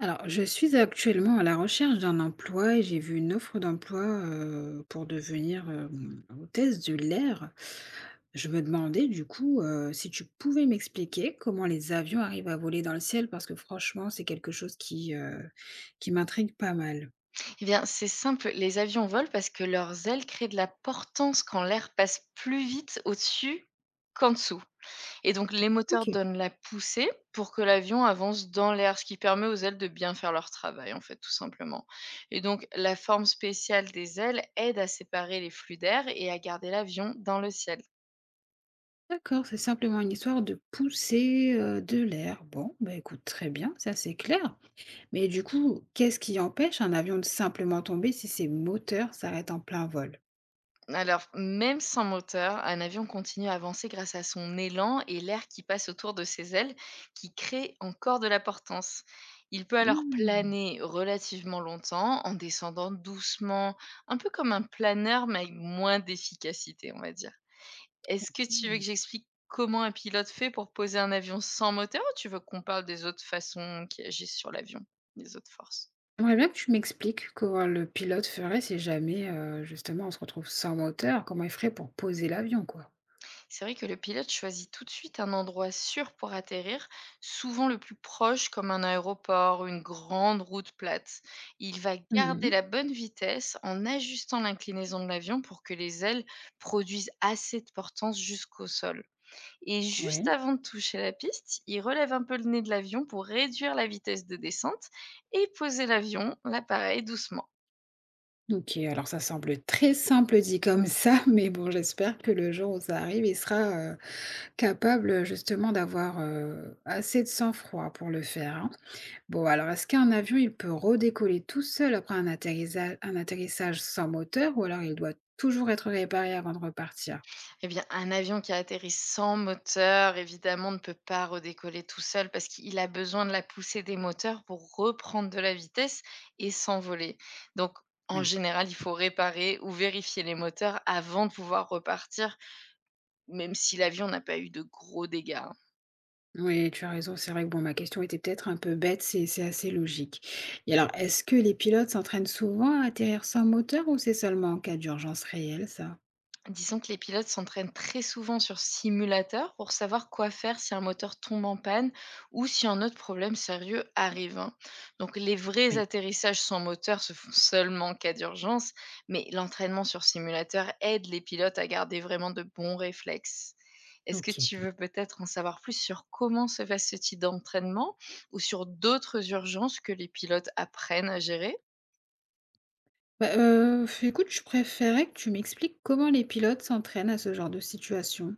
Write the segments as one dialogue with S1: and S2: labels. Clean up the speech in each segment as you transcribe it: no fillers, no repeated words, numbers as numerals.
S1: Alors, je suis actuellement à la recherche d'un emploi et j'ai vu une offre d'emploi pour devenir hôtesse de l'air. Je me demandais du coup si tu pouvais m'expliquer comment les avions arrivent à voler dans le ciel parce que franchement, c'est quelque chose qui qui m'intrigue pas mal.
S2: Eh bien, c'est simple, les avions volent parce que leurs ailes créent de la portance quand l'air passe plus vite au-dessus qu'en dessous. Et donc, les
S1: Ok,
S2: moteurs donnent la poussée pour que l'avion avance dans l'air, ce qui permet aux ailes de bien faire leur travail, en fait, tout simplement. Et donc, la forme spéciale des ailes aide à séparer les flux d'air et à garder l'avion dans le ciel.
S1: d'accord, c'est simplement une histoire de pousser de l'air. Bon, bah écoute, très bien, ça c'est clair. Mais du coup, qu'est-ce qui empêche un avion de simplement tomber si ses moteurs s'arrêtent en plein vol?
S2: Alors, même sans moteur, un avion continue à avancer grâce à son élan et l'air qui passe autour de ses ailes, qui crée encore de la portance. Il peut alors
S1: Hmm.
S2: planer relativement longtemps en descendant doucement, un peu comme un planeur, mais avec moins d'efficacité, on va dire. Est-ce que tu veux
S1: Mmh.
S2: que j'explique comment un pilote fait pour poser un avion sans moteur, ou tu veux qu'on parle des autres façons qui agissent sur l'avion, des autres forces?
S1: J'aimerais bien que tu m'expliques comment le pilote ferait si jamais, justement, on se retrouve sans moteur, comment il ferait pour poser l'avion, quoi?
S2: C'est vrai que le pilote choisit tout de suite un endroit sûr pour atterrir, souvent le plus proche, comme un aéroport ou une grande route plate. Il va
S1: Mmh
S2: garder
S1: mh.
S2: la bonne vitesse en ajustant l'inclinaison de l'avion pour que les ailes produisent assez de portance jusqu'au sol. Et juste
S1: Ouais,
S2: avant de toucher la piste, il relève un peu le nez de l'avion pour réduire la vitesse de descente et poser l'avion, l'appareil doucement.
S1: OK, alors ça semble très simple dit comme ça, mais bon, j'espère que le jour où ça arrive, il sera capable, justement d'avoir assez de sang-froid pour le faire, hein. Bon, alors est-ce qu'un avion, il peut redécoller tout seul après un atterrissage sans moteur ou alors il doit toujours être réparé avant de repartir?
S2: Eh bien, un avion qui atterrit sans moteur, évidemment, ne peut pas redécoller tout seul parce qu'il a besoin de la poussée des moteurs pour reprendre de la vitesse et s'envoler. Donc, en
S1: Oui.
S2: général, il faut réparer ou vérifier les moteurs avant de pouvoir repartir, même si l'avion n'a pas eu de gros dégâts, hein.
S1: Oui, tu as raison. C'est vrai que bon, ma question était peut-être un peu bête, c'est assez logique. Et alors, est-ce que les pilotes s'entraînent souvent à atterrir sans moteur ou c'est seulement en cas d'urgence réelle, ça?
S2: Disons que les pilotes s'entraînent très souvent sur simulateur pour savoir quoi faire si un moteur tombe en panne ou si un autre problème sérieux arrive, hein. Donc les vrais
S1: Oui,
S2: atterrissages sans moteur se font seulement en cas d'urgence, mais l'entraînement sur simulateur aide les pilotes à garder vraiment de bons réflexes. Est-ce que
S1: ok.
S2: tu veux peut-être en savoir plus sur comment se passe ce type d'entraînement ou sur d'autres urgences que les pilotes apprennent à gérer?
S1: Bah, écoute, je préférais que tu m'expliques comment les pilotes s'entraînent à ce genre de situation.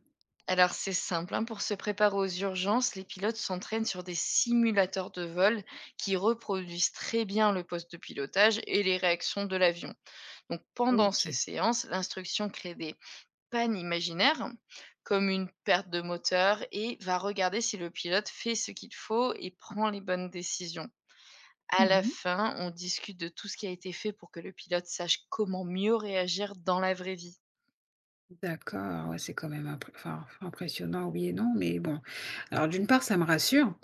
S2: Alors c'est simple, hein, pour se préparer aux urgences, les pilotes s'entraînent sur des simulateurs de vol qui reproduisent très bien le poste de pilotage et les réactions de l'avion. Donc pendant ces
S1: Ok.
S2: séances, l'instruction crée des pannes imaginaires comme une perte de moteur et va regarder si le pilote fait ce qu'il faut et prend les bonnes décisions. À la
S1: Mhm.
S2: fin, on discute de tout ce qui a été fait pour que le pilote sache comment mieux réagir dans la vraie vie.
S1: D'accord, ouais, c'est quand même enfin, impressionnant, oui et non, mais bon. Alors d'une part, ça me rassure,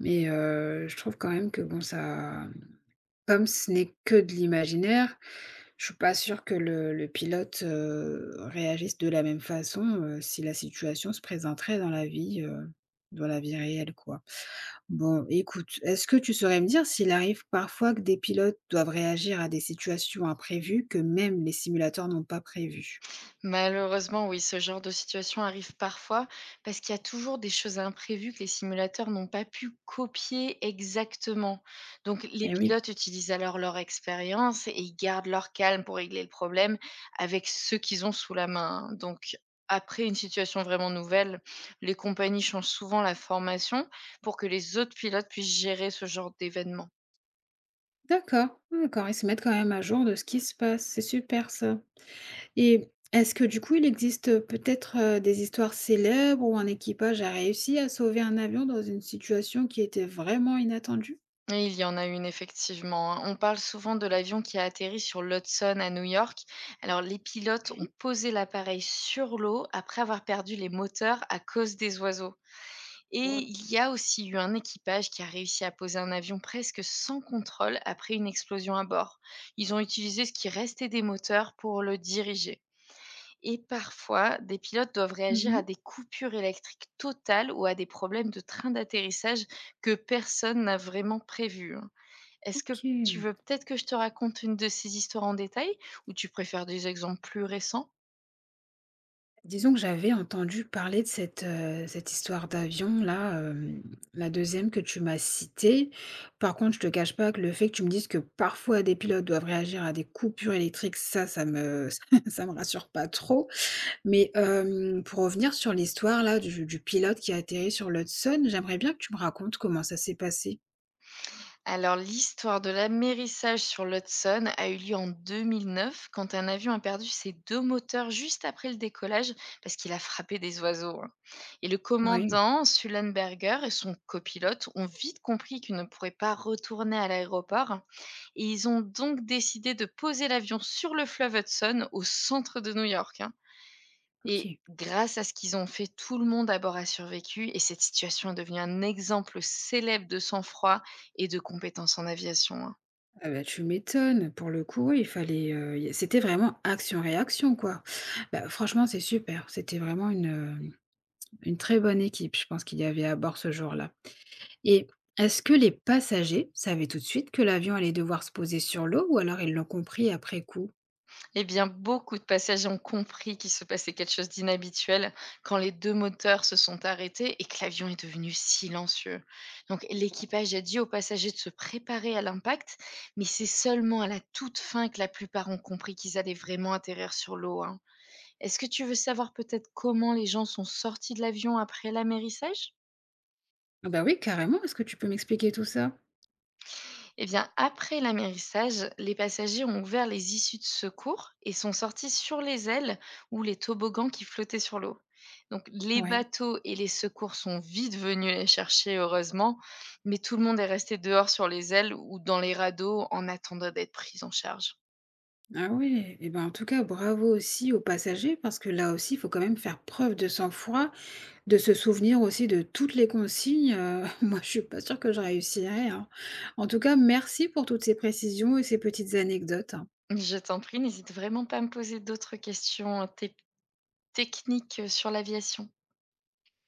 S1: mais je trouve quand même que bon, ça, comme ce n'est que de l'imaginaire, je suis pas sûre que le pilote réagisse de la même façon, si la situation se présenterait dans la vie, dans la vie réelle, quoi. Bon, écoute, est-ce que tu saurais me dire s'il arrive parfois que des pilotes doivent réagir à des situations imprévues que même les simulateurs n'ont pas prévues?
S2: Malheureusement, oui, ce genre de situation arrive parfois parce qu'il y a toujours des choses imprévues que les simulateurs n'ont pas pu copier exactement. Donc, les
S1: Eh oui.
S2: pilotes utilisent alors leur expérience et ils gardent leur calme pour régler le problème avec ce qu'ils ont sous la main, hein. Donc, après une situation vraiment nouvelle, les compagnies changent souvent la formation pour que les autres pilotes puissent gérer ce genre d'événement.
S1: D'accord, d'accord, ils se mettent quand même à jour de ce qui se passe, c'est super ça. Et est-ce que du coup, il existe, peut-être, des histoires célèbres où un équipage a réussi à sauver un avion dans une situation qui était vraiment inattendue?
S2: Oui, il y en a une effectivement, hein. On parle souvent de l'avion qui a atterri sur l'Hudson à New York. Alors les pilotes ont
S1: Oui.
S2: posé l'appareil sur l'eau après avoir perdu les moteurs à cause des oiseaux. Et
S1: Waouh!
S2: il y a aussi eu un équipage qui a réussi à poser un avion presque sans contrôle après une explosion à bord. Ils ont utilisé ce qui restait des moteurs pour le diriger. Et parfois, des pilotes doivent réagir à
S1: Mmh
S2: des coupures électriques totales ou à des problèmes de train d'atterrissage que personne n'a vraiment prévus, hein. Est-ce que tu
S1: OK.
S2: veux peut-être que je te raconte une de ces histoires en détail ou tu préfères des exemples plus récents?
S1: Disons que j'avais entendu parler de cette histoire d'avion-là, hem, la deuxième que tu m'as citée. Par contre, je te cache pas que le fait que tu me dises que parfois des pilotes doivent réagir à des coupures électriques, ça me ça me rassure pas trop. Mais hem, pour revenir sur l'histoire là du pilote qui a atterri sur l'Hudson, j'aimerais bien que tu me racontes comment ça s'est passé?
S2: Alors, l'histoire de l'amérissage sur l'Hudson a eu lieu en 2009 quand un avion a perdu ses deux moteurs juste après le décollage parce qu'il a frappé des oiseaux, hein. Et le
S1: Ouais,
S2: commandant Sullenberger et son copilote ont vite compris qu'ils ne pourraient pas retourner à l'aéroport, hein, et ils ont donc décidé de poser l'avion sur le fleuve Hudson au centre de New York, hein. Et
S1: OK.
S2: grâce à ce qu'ils ont fait, tout le monde à bord a survécu et cette situation est devenue un exemple célèbre de sang-froid et de compétence en aviation, hein.
S1: Ah bah, tu m'étonnes. Pour le coup, oui, il fallait, y c'était vraiment action-réaction, quoi. Bah, franchement, c'est super. C'était vraiment une une très bonne équipe, je pense qu'il y avait à bord ce jour-là. Et est-ce que les passagers savaient tout de suite que l'avion allait devoir se poser sur l'eau ou alors ils l'ont compris après coup?
S2: Eh bien, beaucoup de passagers ont compris qu'il se passait quelque chose d'inhabituel quand les 2 moteurs se sont arrêtés et que l'avion est devenu silencieux. Donc, l'équipage a dit aux passagers de se préparer à l'impact, mais c'est seulement à la toute fin que la plupart ont compris qu'ils allaient vraiment atterrir sur l'eau, hein. Est-ce que tu veux savoir peut-être comment les gens sont sortis de l'avion après l'amérissage?
S1: Ah bah oui, carrément. Est-ce que tu peux m'expliquer tout ça?
S2: Eh bien, après l'amérissage, les passagers ont ouvert les issues de secours et sont sortis sur les ailes ou les toboggans qui flottaient sur l'eau. Donc, les
S1: Ouais.
S2: bateaux et les secours sont vite venus les chercher, heureusement, mais tout le monde est resté dehors sur les ailes ou dans les radeaux en attendant d'être pris en charge.
S1: Ah oui. Et ben en tout cas, bravo aussi aux passagers parce que là aussi, il faut quand même faire preuve de sang-froid de se souvenir aussi de toutes les consignes, moi, je suis pas sûre que je réussirais, hein. En tout cas, merci pour toutes ces précisions et ces petites anecdotes. Hein.
S2: Je t'en prie, n'hésite vraiment pas à me poser d'autres questions tec- techniques sur l'aviation.